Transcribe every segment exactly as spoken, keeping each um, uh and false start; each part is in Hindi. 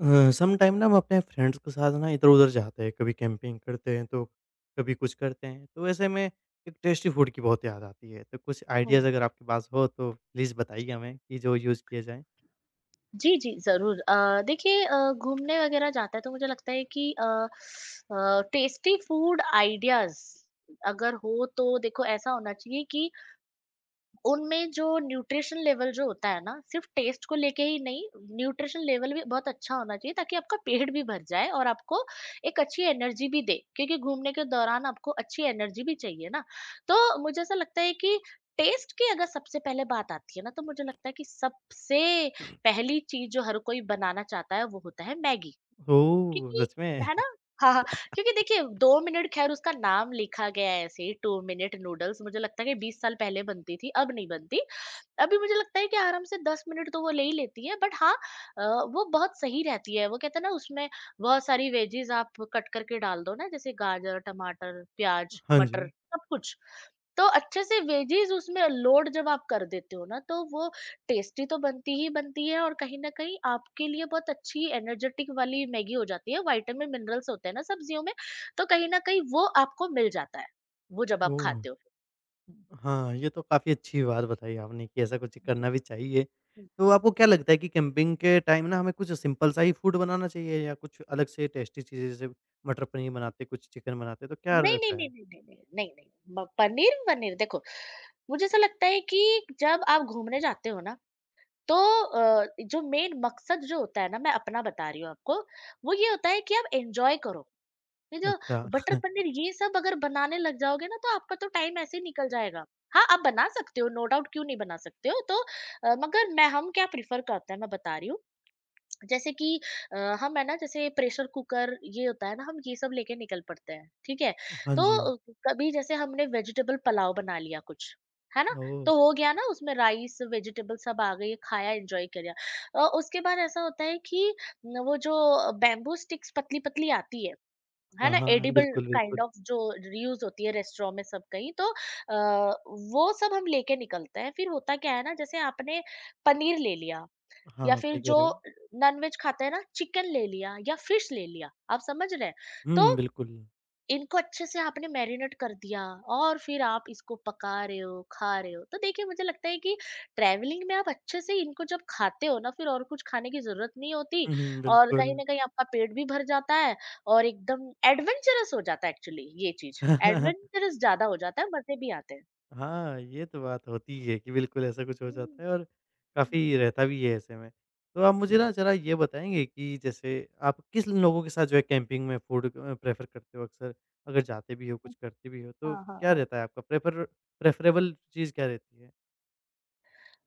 अ, सम टाइम ना हम अपने फ्रेंड्स के साथ ना इधर-उधर जाते हैं, कभी कैंपिंग करते हैं, तो कभी कुछ करते हैं। तो ऐसे में एक टेस्टी फूड की बहुत याद आती है, तो कुछ आइडियाज़ हुँ। अगर आपके पास हो तो प्लीज़ बताइए हमें कि जो यूज़ किए जाएँ? जी, जी, ज़रूर। अ, देखिए, अ, घूमने वगैरह जाता है तो मुझे लगता है कि अ अ, टेस्टी फूड आइडियाज़ अगर हो तो देखो ऐसा होना चाहिए कि उनमें जो न्यूट्रिशन लेवल जो होता है ना, सिर्फ़ टेस्ट को लेके ही नहीं, न्यूट्रिशन लेवल भी बहुत अच्छा होना चाहिए ताकि आपका पेट भी भर जाए और आपको एक अच्छी एनर्जी भी दे, क्योंकि घूमने के दौरान आपको अच्छी एनर्जी भी चाहिए ना। तो मुझे ऐसा लगता है कि टेस्ट की अगर सबसे पहले बात आती है ना, तो मुझे लगता है कि सबसे पहली चीज़ जो हर कोई बनाना चाहता है, वो होता है मैगी। ओह! क्योंकि सच में? है ना? हाँ, हाँ, क्योंकि देखिए दो मिनट, ख़ैर उसका नाम लिखा गया है ऐसे ही दो मिनट नूडल्स, मुझे लगता है कि बीस साल पहले बनती थी, अब नहीं बनती। अभी मुझे लगता है कि आराम से दस मिनट तो वो ले ही लेती है, बट हाँ, अ, वो बहुत सही रहती है। वो कहते हैं ना, उसमें बहुत सारी वेजीज़ आप कट करके डाल दो ना, जैसे गाजर, टमाटर, प्याज़, हाँ मटर जी। सब कुछ। तो अच्छे से वेजीज़ उसमें लोड जब आप कर देते हो ना, तो वो टेस्टी तो बनती ही बनती है, और कहीं न कहीं आपके लिए बहुत अच्छी एनर्जेटिक वाली मैगी हो जाती है। विटामिन, मिनरल्स होते हैं ना सब्जियों में, तो कहीं न कहीं वो आपको मिल जाता है, वो जब आप ओह! खाते हो। हुँ, हाँ, ये तो काफ़ी अच्छी बात बताई आपने कि ऐसा कुछ करना भी चाहिए। हुँ, तो हुँ, आपको क्या लगता है कि कैंपिंग के टाइम ना हमें कुछ सिंपल सा ही फूड बनाना चाहिए या कुछ अलग से टेस्टी चीज़ें जैसे मटर पनीर हुँ। बनाते, कुछ चिकन बनाते, तो क्या नहीं, नहीं, रहता नहीं, है? नहीं, नहीं, नहीं, नहीं, नहीं, म पनीर, पनीर देखो, मुझे ऐसा लगता है कि जब आप घूमने जाते हो ना, तो अ, जो मेन मकसद जो होता है ना, मैं अपना बता रही हूँ आपको, वो ये होता है कि आप एन्जॉय करो। ये जो अच्छा। बटर पनीर ये सब अगर बनाने लग जाओगे ना, तो आपका तो टाइम ऐसे ही निकल जाएगा। हाँ, आप बना सकते हो, नो डाउट, क्यों नहीं बना सकते हो। तो अ, मगर मैं हम क्या प्रिफर करते हैं मैं बता रही हूँ, जैसे कि अ, हम, है ना, जैसे प्रेशर कुकर ये होता है ना, हम ये सब लेके निकल पड़ते हैं, ठीक है। हाँ तो जी। अ, कभी जैसे हमने वेजिटेबल पुलाव बना लिया कुछ, है ना, ओह! तो हो गया ना, उसमें राइस, वेजिटेबल सब आ गई, खाया, एंजॉय कर लिया। अ, उसके बाद ऐसा होता है कि न, वो जो बैम्बू स्टिक्स पतली पतली आती है है हाँ, ना, हाँ, एडिबल बिल्कुल, काइंड बिल्कुल। ऑफ, जो यूज होती है रेस्टोरेंट में सब कहीं, तो आ, वो सब हम लेके निकलते हैं। फिर होता क्या है ना, जैसे आपने पनीर ले लिया या हाँ, फिर सही कह जो रहे हो। नॉनवेज खाते हैं ना, चिकन ले लिया या फिश ले लिया, आप समझ रहे हैं। तो हुँ, बिल्कुल। इनको अच्छे से आपने मैरिनेट कर दिया और फिर आप इसको पका रहे हो, खा रहे हो, तो देखिए, मुझे लगता है कि ट्रैवलिंग में आप अच्छे से इनको जब खाते हो ना, फिर और कुछ खाने की जरूरत नहीं होती। हुँ, हुँ, और कहीं बिल्कुल। ना कहीं आपका पेट भी भर जाता है और एकदम एडवेंचरस हो जाता है, एक्चुअली ये चीज एडवेंचरस ज्यादा हो जाता है, मजे भी आते हैं। हाँ, ये तो बात होती है कि बिल्कुल ऐसा कुछ हो हम्म। जाता है और हम्म, काफ़ी रहता भी है ऐसे में। तो आप मुझे ना ज़रा ये बताएँगे कि जैसे आप किस लोगों के साथ जो है कैंपिंग में फूड अ, प्रेफ़र करते हो अक्सर? अगर जाते भी हो, हम्म। कुछ करते भी हो तो हाँ, हाँ, क्या हाँ। रहता है आपका प्रेफ़र प्रेफ़रेबल चीज़ क्या रहती है?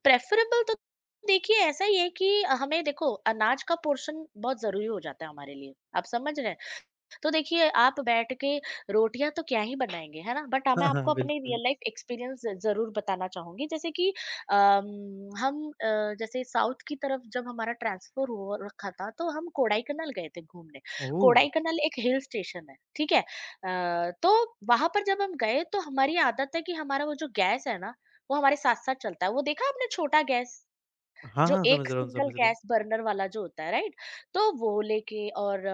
प्रेफरेबल तो देखिए ऐसा ही है कि हमें, देखो, अनाज का पोर्शन बहुत जरूरी हो जाता है हमारे लिए, आप समझ रहे हैं। तो देखिए, आप बैठ के रोटियां तो क्या ही बनाएंगे, है ना, बट हाँ, मैं हाँ, आपको हाँ, अपने बिल्कुल। रियल लाइफ एक्सपीरियंस जरूर बताना चाहूंगी, जैसे कि अम, हम, अ, जैसे साउथ की तरफ जब हमारा ट्रांसफर हो रखा था, तो हम कोडाईकनाल गए थे घूमने। ओह! कोडाईकनाल एक हिल स्टेशन है, ठीक है। अ, तो वहां पर जब हम गए, तो हमारी आदत है कि हमारा वो जो गैस है ना, वो हमारे साथ साथ चलता है। वो देखा आपने, छोटा गैस, हाँ, जो हाँ, एक समझ रहा हूँ, सिंगल समझ रहा हूँ। गैस बर्नर वाला जो होता है, राइट। तो वो लेके, और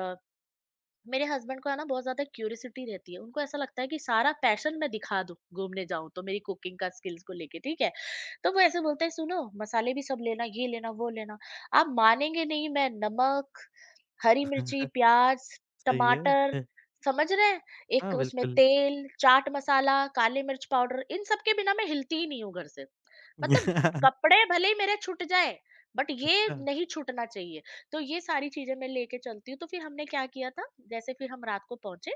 मेरे हस्बैंड को है ना बहुत ज्यादा क्यूरियोसिटी रहती है। उनको ऐसा लगता है कि सारा पैशन मैं दिखा दूं, घूमने जाऊं तो मेरी कुकिंग का स्किल्स को लेके, ठीक है। तो वो ऐसे बोलते हैं, सुनो मसाले भी सब लेना, ये लेना, वो लेना। आप मानेंगे नहीं, मैं नमक, हरी मिर्ची, प्याज़, सही टमाटर, है। समझ रहे हैं? एक हाँ, उसमें बिल्कुल। तेल, चाट मसाला, काली मिर्च पाउडर, इन सब के बिना मैं हिलती ही नहीं हूँ घर से। मतलब कपड़े भले ही मेरे छूट जाएँ, बट ये अच्छा। नहीं छूटना चाहिए। तो ये सारी चीज़ें मैं लेके चलती हूँ। तो फिर हमने क्या किया था, जैसे फिर हम रात को पहुँचे,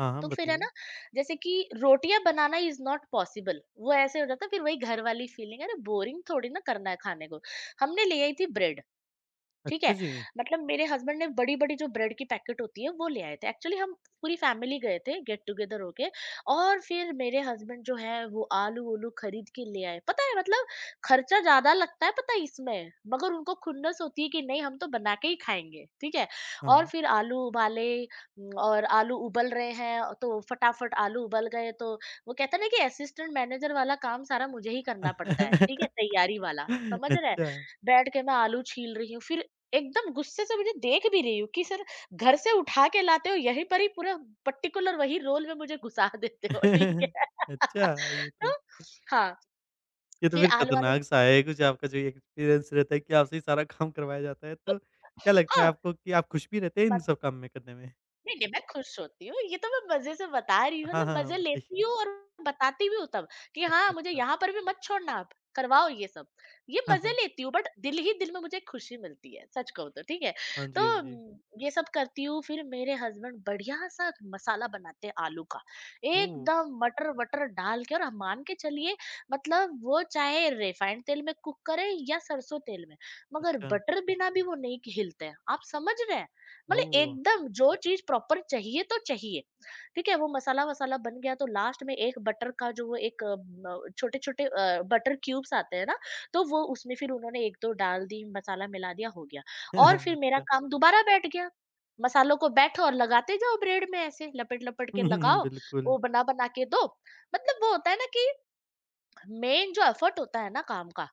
हाँ, हाँ, तो फिर है ना, बताइए। जैसे कि रोटियाँ बनाना इज़ नॉट पॉसिबल, वो ऐसे हो जाता है फिर वही घर वाली फ़ीलिंग, अरे बोरिंग थोड़ी ना करना है खाने को। हमने ले आई थी ब्रेड। ठीक अच्छा है? जी। मतलब मेरे हस्बैंड ने बड़ी-बड़ी जो ब्रेड की पैकेट होती है, वो ले आए थे। एक्चुअली हम पूरी फैमिली गए थे गेट टुगेदर होके, और फिर मेरे हस्बैंड जो है, वो आलू-वूलू खरीद के ले आए। पता है, मतलब खर्चा ज़्यादा लगता है, पता है इसमें, मगर उनको खुन्नस होती है कि नहीं, हम तो बना के ही खाएँगे, ठीक है? हाँ, और हाँ। फिर आलू उबाले, उम, और आलू उबल रहे हैं, तो फटाफट आलू उबल गए। तो वो कहते हैं ना कि असिस्टेंट मैनेजर वाला काम सारा मुझे ही करना पड़ता है, ठीक है? तैयारी वाला, समझ रहे हैं? अच्छा। बैठ के मैं आलू छील रही हूँ, फिर एकदम गुस्से से मुझे देख भी रही हूँ कि सर, घर से उठा के लाते हो, यहीं पर ही पूरा पर्टिकुलर वही रोल में मुझे घुसा देते हो, ठीक है। अच्छा, ये तो तो हाँ, ये तो फिर फिर आलू आलू, खतरनाक सा है कुछ आपका जो ये एक्सपीरियंस रहता है कि आपसे ही सारा काम करवाया जाता है, तो क्या लगता है हाँ, आपको कि आप खुश भी रहते हैं इन सब काम में करने में? नहीं, नहीं, मैं खुश होती हूँ, ये तो मैं मज़े से बता रही हूँ, हाँ, मतलब हाँ, मज़े लेती बताइए। हूँ और बताती भी हूँ तब, कि अच्छा, हाँ, मुझे अच्छा। यहाँ पर भी मत छोड़ना आप, करवाओ ये सब। ये हाँ, मज़े हाँ। लेती हूँ, बट दिल ही दिल में मुझे एक खुशी मिलती है, सच कहूँ तो, ठीक है? हाँ तो जी, हाँ उम, जी। ये सब करती हूँ, फिर मेरे हस्बैंड बढ़िया-सा मसाला बनाते हैं आलू का, ओह! एकदम मटर-वटर डाल के, और आप मान के चलिए, मतलब वो चाहे रिफाइंड तेल में कुक करें या सरसों तेल में, मगर अच्छा। बटर बिना भी वो नहीं हिलते हैं। आप समझ रहे हैं? मतलब ओह! एकदम जो चीज प्रॉपर चाहिए तो चाहिए, ठीक है। वो मसाला वसाला बन गया, तो लास्ट में एक बटर का जो, वो एक छोटे छोटे बटर क्यूब्स आते हैं ना, तो वो उसमें फिर उन्होंने एक दो डाल दी, मसाला मिला दिया, हो गया। और फिर मेरा अच्छा। काम दोबारा बैठ गया, मसालों को बैठो और लगाते जाओ ब्रेड में, ऐसे लपेट लपेट के लगाओ, बिल्कुल। वो बना बना के दो। मतलब वो होता है ना कि मेन जो एफर्ट होता है ना काम का,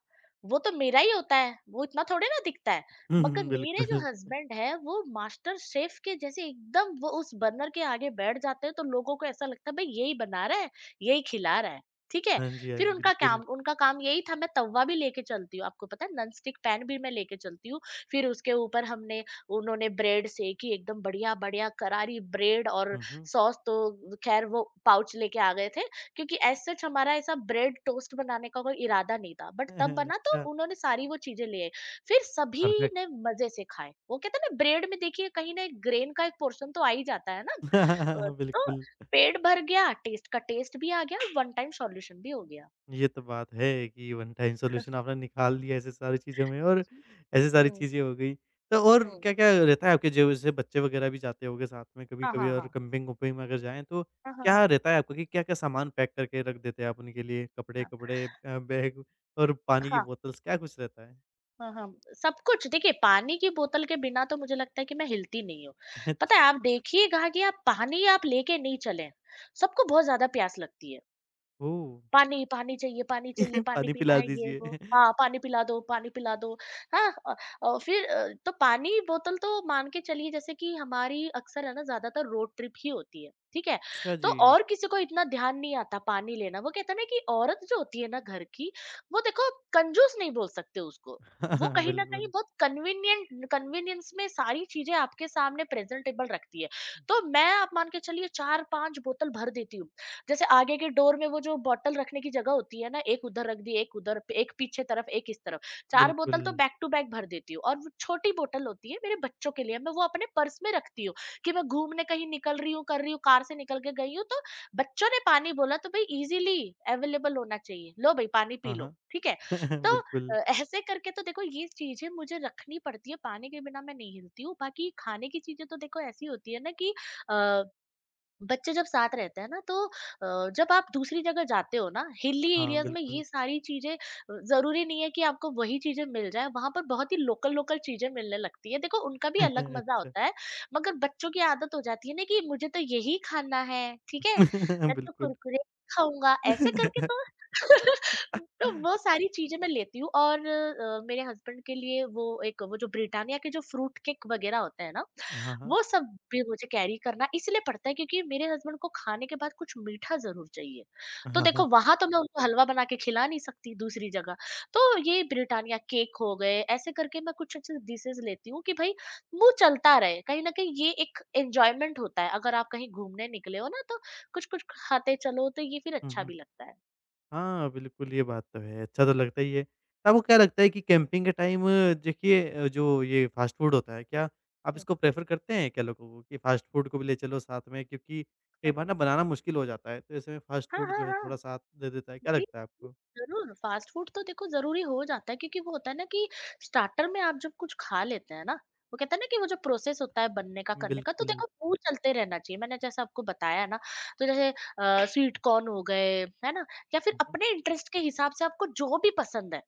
वो तो मेरा ही होता है, वो इतना थोड़े ना दिखता है। हुँ, मगर हुँ, मेरे जो बिल्कुल। हस्बैंड है, वो मास्टर शेफ के जैसे एकदम वो उस बर्नर के आगे बैठ जाते हैं, तो लोगों को ऐसा लगता है भाई यही बना रहा है, यही खिला रहा है, ठीक है। हाँ जी, हाँ फिर जी, उनका काम बिल्कुल। उनका काम यही था। मैं तवा भी लेके चलती हूँ, आपको पता है, नॉन स्टिक पैन भी मैं लेके चलती हूँ। फिर उसके ऊपर हमने, उन्होंने ब्रेड सेकी, एकदम बढ़िया बढ़िया करारी ब्रेड। और हुँ, हुँ। सॉस तो खैर वो पाउच लेके आ गए थे, क्योंकि एज सच हमारा ऐसा ब्रेड टोस्ट बनाने का कोई इरादा नहीं था, बट तब बना, तो अच्छा, उन्होंने सारी वो चीजें ले आई। फिर सभी परफेक्ट। ने मजे से खाए। वो कहते हैं ना ब्रेड में, देखिए, कहीं ना एक ग्रेन का एक पोर्शन तो आ ही जाता है ना। अ, तो बिल्कुल। पेट भर गया, टेस्ट का टेस्ट भी आ गया, वन टाइम सॉल्यूशन भी हो गया। ये तो बात है कि वन टाइम सॉल्यूशन आपने निकाल दिया ऐसे सारी चीज़ों में और जी। ऐसी सारी हम्म। चीज़ें हो गई। तो और हम्म। क्या-क्या रहता है आपके जो जैसे बच्चे वगैरह भी जाते होंगे साथ में हाँ कभी-कभी हाँ, और हाँ, कैम्पिंग-वम्पिंग में अगर जाएँ तो हाँ। हाँ, हाँ, क्या रहता है आपका कि क्या-क्या सामान पैक करके रख देते हैं आप उनके लिए? कपड़े-कपड़े अ, बैग और पानी की हाँ। बोतल्स क्या कुछ रहता है? हाँ, हाँ, सब कुछ। देखिए, पानी की बोतल के बिना तो मुझे लगता है कि मैं हिलती नहीं हूँ। पता है, अच्छा, आप देखिएगा कि आप पानी आप लेके नहीं चलें, सबको बहुत ज़्यादा प्यास लगती है। ओह! पानी, पानी चाहिए, पानी चाहिए, पानी पानी पीना पिला है, ये वो। दीजिए। हाँ, पानी पिला दो, पानी पिला दो। हाँ, अ अ, फिर अ, तो पानी बोतल तो मान के चलिए जैसे कि हमारी अक्सर है ना ज़्यादातर रोड ट्रिप ही होती है, ठीक है? अच्छा तो जी। और किसी को इतना ध्यान नहीं आता पानी लेना। वो कहते हैं ना कि औरत जो होती है ना घर की, वो देखो कंजूस नहीं बोल सकते उसको। हाँ, वो हाँ, कहीं न कहीं बिल्कुल, बहुत कन्वीनिएंट कन्वीनियंस में सारी चीज़ें आपके सामने प्रेज़ेंटेबल रखती है। तो मैं आप मान के चलिए चार पाँच बोतल भर देती हूँ। जैसे आगे के डोर में वो जो बॉटल रखने की जगह होती है ना, एक उधर रख दी, एक उधर, एक पीछे तरफ, एक इस तरफ। चार बिल्कुल। बोतल तो बैक टू बैक भर देती हूँ, और वो छोटी बोतल होती है मेरे बच्चों के लिए, मैं वो अपने पर्स में रखती हूँ कि मैं घूमने कहीं निकल रही हूँ, कर रही हूँ, कार से निकल के गई हूँ, तो बच्चों ने पानी बोला तो भाई ईज़िली अवेलेबल होना चाहिए। लो भई पानी पी हाँ, लो, हाँ। ठीक है? तो अ, बिल्कुल। ऐसे करके तो देखो ये चीज़ें मुझे रखनी पड़ती है, पानी के बिना मैं नहीं हिलती हूँ। बाकी खाने की चीज़ें तो देखो ऐसी होती है ना कि अ बच्चे जब साथ रहते हैं ना, तो अ, जब आप दूसरी जगह जाते हो ना हिली हाँ, एरियाज में ये बिल्कुल। सारी चीजें अ, जरूरी नहीं है कि आपको वही चीजें मिल जाए वहां पर। बहुत ही लोकल लोकल चीजें मिलने लगती है, देखो उनका भी अलग मजा अच्छा। होता है। मगर बच्चों की आदत हो जाती है ना कि मुझे तो यही खाना है, ठीक है, मैं तो बिल्कुल। कुरकुरे खाऊंगा ऐसे करके तो। तो वो सारी चीजें मैं लेती हूँ, और अ, मेरे हस्बैंड के लिए वो एक, वो जो ब्रिटानिया के जो फ्रूट केक वगैरह होते हैं ना, हाँ, हाँ। वो सब भी मुझे कैरी करना इसलिए पड़ता है क्योंकि मेरे हस्बैंड को खाने के बाद कुछ मीठा ज़रूर चाहिए। तो हाँ, देखो हाँ। वहाँ तो मैं उनको हलवा बना के खिला नहीं सकती दूसरी जगह। तो ये ब्रिटानिया केक हो गए, ऐसे करके मैं कुछ अच्छे डिशेज़ लेती हूँ कि भाई मुँह चलता रहे। कहीं न कहीं ये एक एन्जॉयमेंट होता है। अगर आप कहीं घूमने निकले हो ना, तो कुछ-कुछ खाते चलो तो ये फिर हुँ, अच्छा हुँ। भी लगता है। हाँ, बिल्कुल ये बात तो है, अच्छा तो लगता ही है। आपको क्या लगता है कि कैंपिंग के टाइम अ, देखिए अ, जो ये फ़ास्ट फ़ूड होता है, क्या आप हुँ, इसको प्रेफ़र करते हैं क्या लोगों को कि फ़ास्ट फ़ूड को भी ले चलो साथ में? क्योंकि कई हाँ। बार ना बनाना मुश्किल हो जाता है, तो ऐसे में फ़ास्ट हाँ, फ़ूड हाँ, जो है हाँ। थोड़ा साथ दे देता है, क्या जी, लगता है जी, आपको? ज़रूर। फ़ास्ट फ़ूड तो देखो ज़रूरी हो जाता है क्योंकि वो होता है ना कि स्टार्टर में आप जब कुछ खा लेते हैं ना, वो कहते हैं ना कि वो जो प्रोसेस होता है बनने का, करने का, तो बिल्कुल। देखो वो चलते रहना चाहिए। मैंने जैसा आपको बताया ना, तो जैसे अ, स्वीट कॉर्न हो गए, है ना? या फिर हुँ, हुँ। अपने इंटरेस्ट के हिसाब से आपको जो भी पसंद है,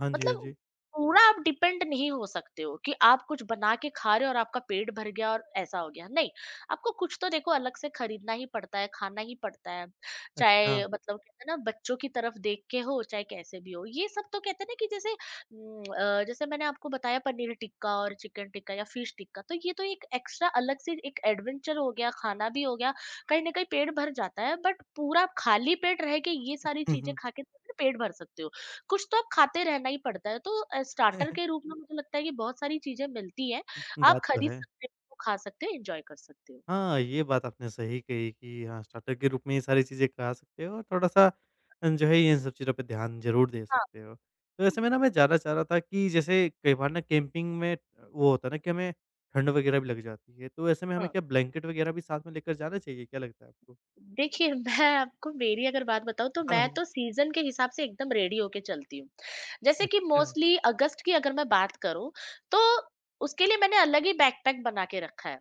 हाँ जी, हाँ मतलब जी। पूरा आप डिपेंड नहीं हो सकते हो कि आप कुछ बना के खा रहे हो और आपका पेट भर गया और ऐसा हो गया, नहीं। आपको कुछ तो देखो अलग से खरीदना ही पड़ता है, खाना ही पड़ता है। अच्छा। चाहे मतलब कहते हैं ना बच्चों की तरफ देख के हो, चाहे कैसे भी हो, ये सब तो कहते हैं ना कि जैसे हम्म, अ, जैसे मैंने आपको बताया, पनीर टिक्का और चिकन टिक्का या फिश टिक्का, तो ये तो एक एक्स्ट्रा अलग से एक एडवेंचर हो गया, खाना भी हो गया। कहीं ना कहीं पेट भर जाता है, बट पूरा आप खाली पेट रह के ये सारी हुँ, चीजें हुँ। खा के पेट भर सकते हो? कुछ तो आप खाते रहना ही पड़ता है। तो अ, स्टार्टर के रूप में हुँ। मुझे लगता है कि बहुत सारी चीज़ें मिलती हैं। आप बात तो खरीद है। सकते हो, खा सकते हो, एन्जॉय कर सकते हो। हाँ, ये बात आपने सही कही कि हाँ, स्टार्टर के रूप में ये सारी चीज़ें खा सकते हो और थोड़ा-सा अ, जो है इन सब चीज़ों पे ध्यान ज़रूर दे हाँ, सकते हो। तो ऐसे में जी। ना मैं जानना चाह रहा था कि जैसे कई बार ना कैंपिंग में वो होता है ना कि हमें ठंड वगैरह भी लग जाती है, तो ऐसे में हमें हाँ। क्या ब्लैंकेट वगैरह भी साथ में लेकर जाना चाहिए? क्या लगता है आपको? देखिए, मैं आपको मेरी अगर बात बताऊँ तो हाँ, मैं हाँ। तो सीज़न के हिसाब से एकदम रेडी होके चलती हूँ। जैसे कि अच्छा, मोस्टली अगस्त की अगर मैं बात करूँ, तो उसके लिए मैंने अलग ही बैकपैक बना के रखा है।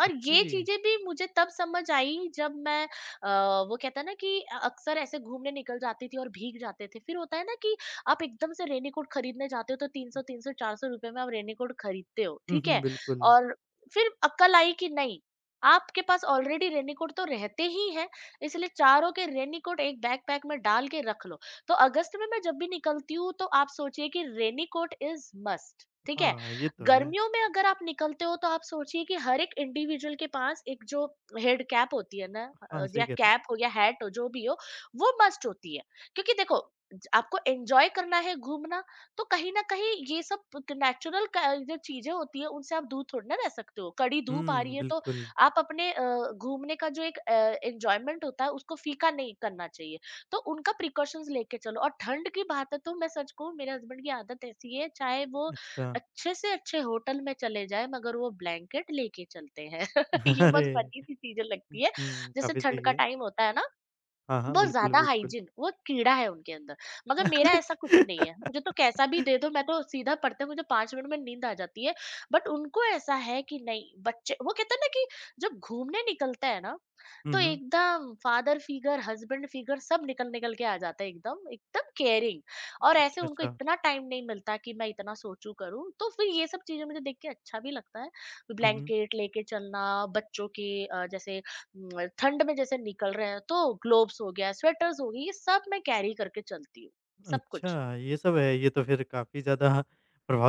और अच्छा ये जी। चीज़ें भी मुझे तब समझ आई जब मैं अ, वो कहते हैं ना कि अ, अक्सर ऐसे घूमने निकल जाती थी और भीग जाते थे। फिर होता है ना कि आप एकदम से रेनकोट खरीदने जाते हो तो तीन सौ, तीन सौ, चार सौ रुपए में आप रेनकोट खरीदते हो, हुँ, ठीक हुँ, है? बिल्कुल। और फिर अक्कल आई कि नहीं, आपके पास ऑलरेडी रेनीकोट तो रहते ही हैं, इसलिए चारों के रेनीकोट एक बैकपैक में डाल के रख लो। तो अगस्त में मैं जब भी निकलती हूँ तो आप सोचिए कि रेनीकोट इज़ मस्ट, ठीक है? हाँ, ये तो है। गर्मियों में अगर आप निकलते हो तो आप सोचिए कि हर एक इंडिविजुअल के पास एक जो हेड कैप होती है ना, अ, हाँ, या सही कह रहे हो। कैप हो या हैट हो, जो भी हो, वो मस्ट होती है। क्योंकि देखो, ज आपको एन्जॉय करना है घूमना, तो कहीं न कहीं ये सब क नेचुरल, क जो चीज़ें होती हैं उनसे आप दूर थोड़ी ना रह सकते हो। कड़ी धूप आ रही हुँ, है तो बिल्कुल। आप अपने अ, घूमने का जो एक अ, एन्जॉयमेंट होता है उसको फीका नहीं करना चाहिए। तो उनका प्रिकॉशंस लेके चलो, और ठंड की बात है तो मैं सच कहूँ, मेरे हस्बैंड की आदत ऐसी है चाहे वो अच्छा, अच्छे से अच्छे होटल में चले जाए, मगर वो ब्लैंकेट लेके चलते हैं। ये बहुत अरे! फनी सी चीजें लगती है, हुँ, जैसे काफ़ी ठंड सही का है। टाइम होता है ना, हाँ, हाँ, बहुत बिल्कुल, ज़्यादा बिल्कुल। हाइजीन वो कीड़ा है उनके अंदर, मगर मेरा ऐसा कुछ नहीं है। मुझे तो कैसा भी दे दो, मैं तो सीधा पढ़ते मुझे पाँच मिनट में नींद आ जाती है, बट उनको ऐसा है कि नहीं बच्चे, वो कहते हैं ना कि जब घूमने निकलते हैं ना, हुँ, तो हुँ। एकदम फादर फिगर, हस्बैंड फिगर सब निकल-निकल के आ जाता है, एकदम, एकदम केयरिंग। और ऐसे अच्छा, उनको अच्छा। इतना टाइम नहीं मिलता कि मैं इतना सोचूँ, करूँ, तो फिर ये सब चीज़ें मुझे देख के अच्छा भी लगता है। हुँ, हुँ। ब्लैंकेट लेके चलना, बच्चों के अ, जैसे म, ठंड में जैसे निकल रहे हैं, तो ग्लोब्स हो गया, स्वेटर्स हो गई, ये सब मैं कैरी करके चलती हूँ, सब कुछ। अच्छा, ये सब है। ये तो फिर काफ़ी ज़्यादा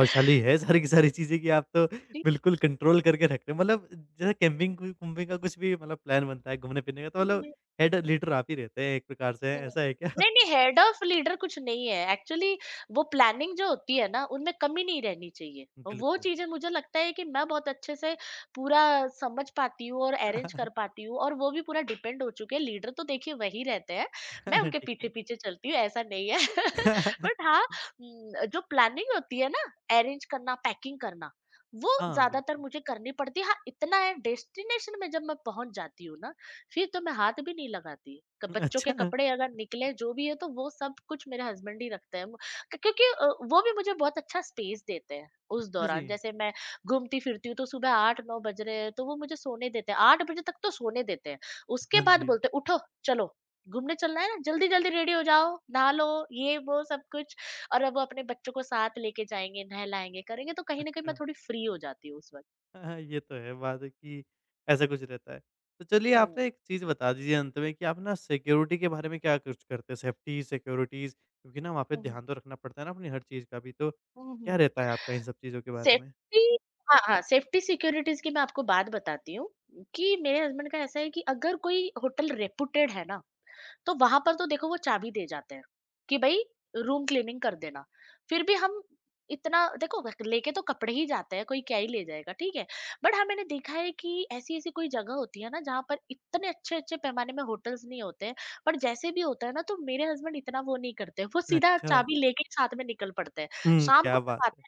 है सारी की सारी चीज़ें कि आप तो ठीक बिल्कुल कंट्रोल करके रख रहे हो। मतलब जैसे कैम्पिंग कु कुम्पिंग का कुछ भी मतलब प्लान बनता है घूमने-फिरने का तो मतलब है, हेड लीडर आप ही रहते हैं एक प्रकार से, नहीं, ऐसा है क्या? नहीं, नहीं, हेड ऑफ लीडर कुछ नहीं है। एक्चुअली, वो प्लानिंग जो होती है ना, उनमें कमी नहीं रहनी चाहिए। और वो बिल्कुल। चीज़ें मुझे लगता है कि मैं बहुत अच्छे से पूरा समझ पाती हूँ और अरेंज कर पाती हूँ, और वो भी पूरा डिपेंड हो चुके हैं। लीडर तो देखिए वही रहते हैं, मैं उनके ठीक है। पीछे-पीछे चलती हूँ ऐसा नहीं है। बट हाँ, उम, जो प्लानिंग होती है ना, अरेंज करना, पैकिंग करना, वो हाँ, ज़्यादातर बिल्कुल। मुझे करनी पड़ती है। हाँ, इतना है, डेस्टिनेशन में जब मैं पहुँच जाती हूँ ना, फिर तो मैं हाथ भी नहीं लगाती। क- बच्चों के अच्छा, कपड़े अगर निकले जो भी है, तो वो सब कुछ मेरे हस्बैंड ही रखते हैं, वो- क्यो- क्योंकि अ, वो भी मुझे बहुत अच्छा स्पेस देते हैं उस अच्छा जी। दौरान। जैसे मैं घूमती फिरती हूँ, तो सुबह आठ नौ बज रहे हैं, तो वो मुझे सोने देते हैं, आठ बजे तक तो सोने देते हैं। उसके हाँ बाद जी। बोलते हैं, उठो, चलो, घूमने चलना है ना, जल्दी जल्दी रेडी हो जाओ, नहा लो, ये वो सब कुछ। और अब वो अपने बच्चों को साथ लेके जाएंगे, नहलाएंगे, करेंगे, तो कहीं ना कहीं मैं अच्छा। थोड़ी फ्री हो जाती हूँ उस वक्त। हाँ, ये तो है बात है कि ऐसा कुछ रहता है। तो चलिए आप हम्म। ना एक चीज़ बता दीजिए अंत में कि आप ना सिक्योरिटी के बारे में क्या कुछ करते हैं? सेफ्टी, सिक्योरिटीज़ क्योंकि ना वहाँ पे हम्म। ध्यान तो रखना पड़ता है ना अपनी हर चीज़ का भी, तो हम्म, क्या हम्म। रहता है आपका इन सब चीज़ों के बारे में? सेफ्टी? हाँ, हाँ, सेफ्टी सिक्योरिटीज़ की मैं आपको बात बताती हूँ कि मेरे हस्बैंड का ऐसा है कि अगर कोई होटल रेपुटेड है ना, तो वहाँ पर तो देखो वो चाबी दे जाते हैं कि भई रूम क्लीनिंग कर देना। फिर भी हम इतना देखो लेके तो कपड़े ही जाते हैं, कोई क्या ही ले जाएगा, ठीक है? बट हाँ, मैंने देखा है कि ऐसी-ऐसी कोई जगह होती है ना, जहाँ पर इतने अच्छे-अच्छे पैमाने में होटल्स नहीं होते हैं, पर जैसे भी होता है ना, तो मेरे हस्बैंड इतना वो नहीं करते, वो सीधा अच्छा। चाबी लेके ही साथ में निकल पड़ते हैं। हुँ, शाम क्या को बात जब, है!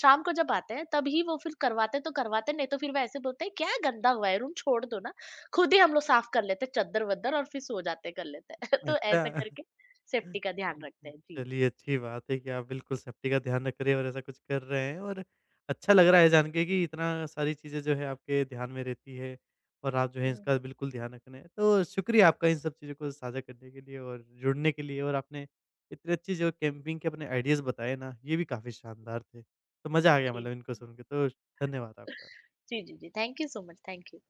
शाम को जब आते हैं तब ही, वो फिर करवाते, तो करवाते नहीं, तो फिर वो ऐसे बोलते हैं क्या गंदा हुआ है, रूम छोड़ दो ना, खुद ही हम लोग साफ कर लेते हैं, चद्दर वद्दर, और फिर सो जाते, कर लेते हैं। तो अच्छा। ऐसा करके हम्म, सेफ्टी का ध्यान रखते हैं जी। चलिए अच्छी बात है कि आप बिल्कुल सेफ्टी का ध्यान रख रहे हैं और ऐसा कुछ कर रहे हैं और अच्छा लग रहा है जान के कि इतना सारी चीज़ें जो है आपके ध्यान में रहती है और आप जो है हम्म, इसका बिल्कुल ध्यान रख रहे हैं। तो शुक्रिया आपका इन सब चीज़ों को साझा करने के लिए और जुड़ने के लिए और आपने इतनी अच्छी जो कैंपिंग के अपने आइडियाज़ बताए ना ये भी काफ़ी शानदार थे। तो मज़ा आ गया जी, मतलब इनको सुन के तो धन्यवाद आपका। जी, जी, जी, thank you so much, thank you.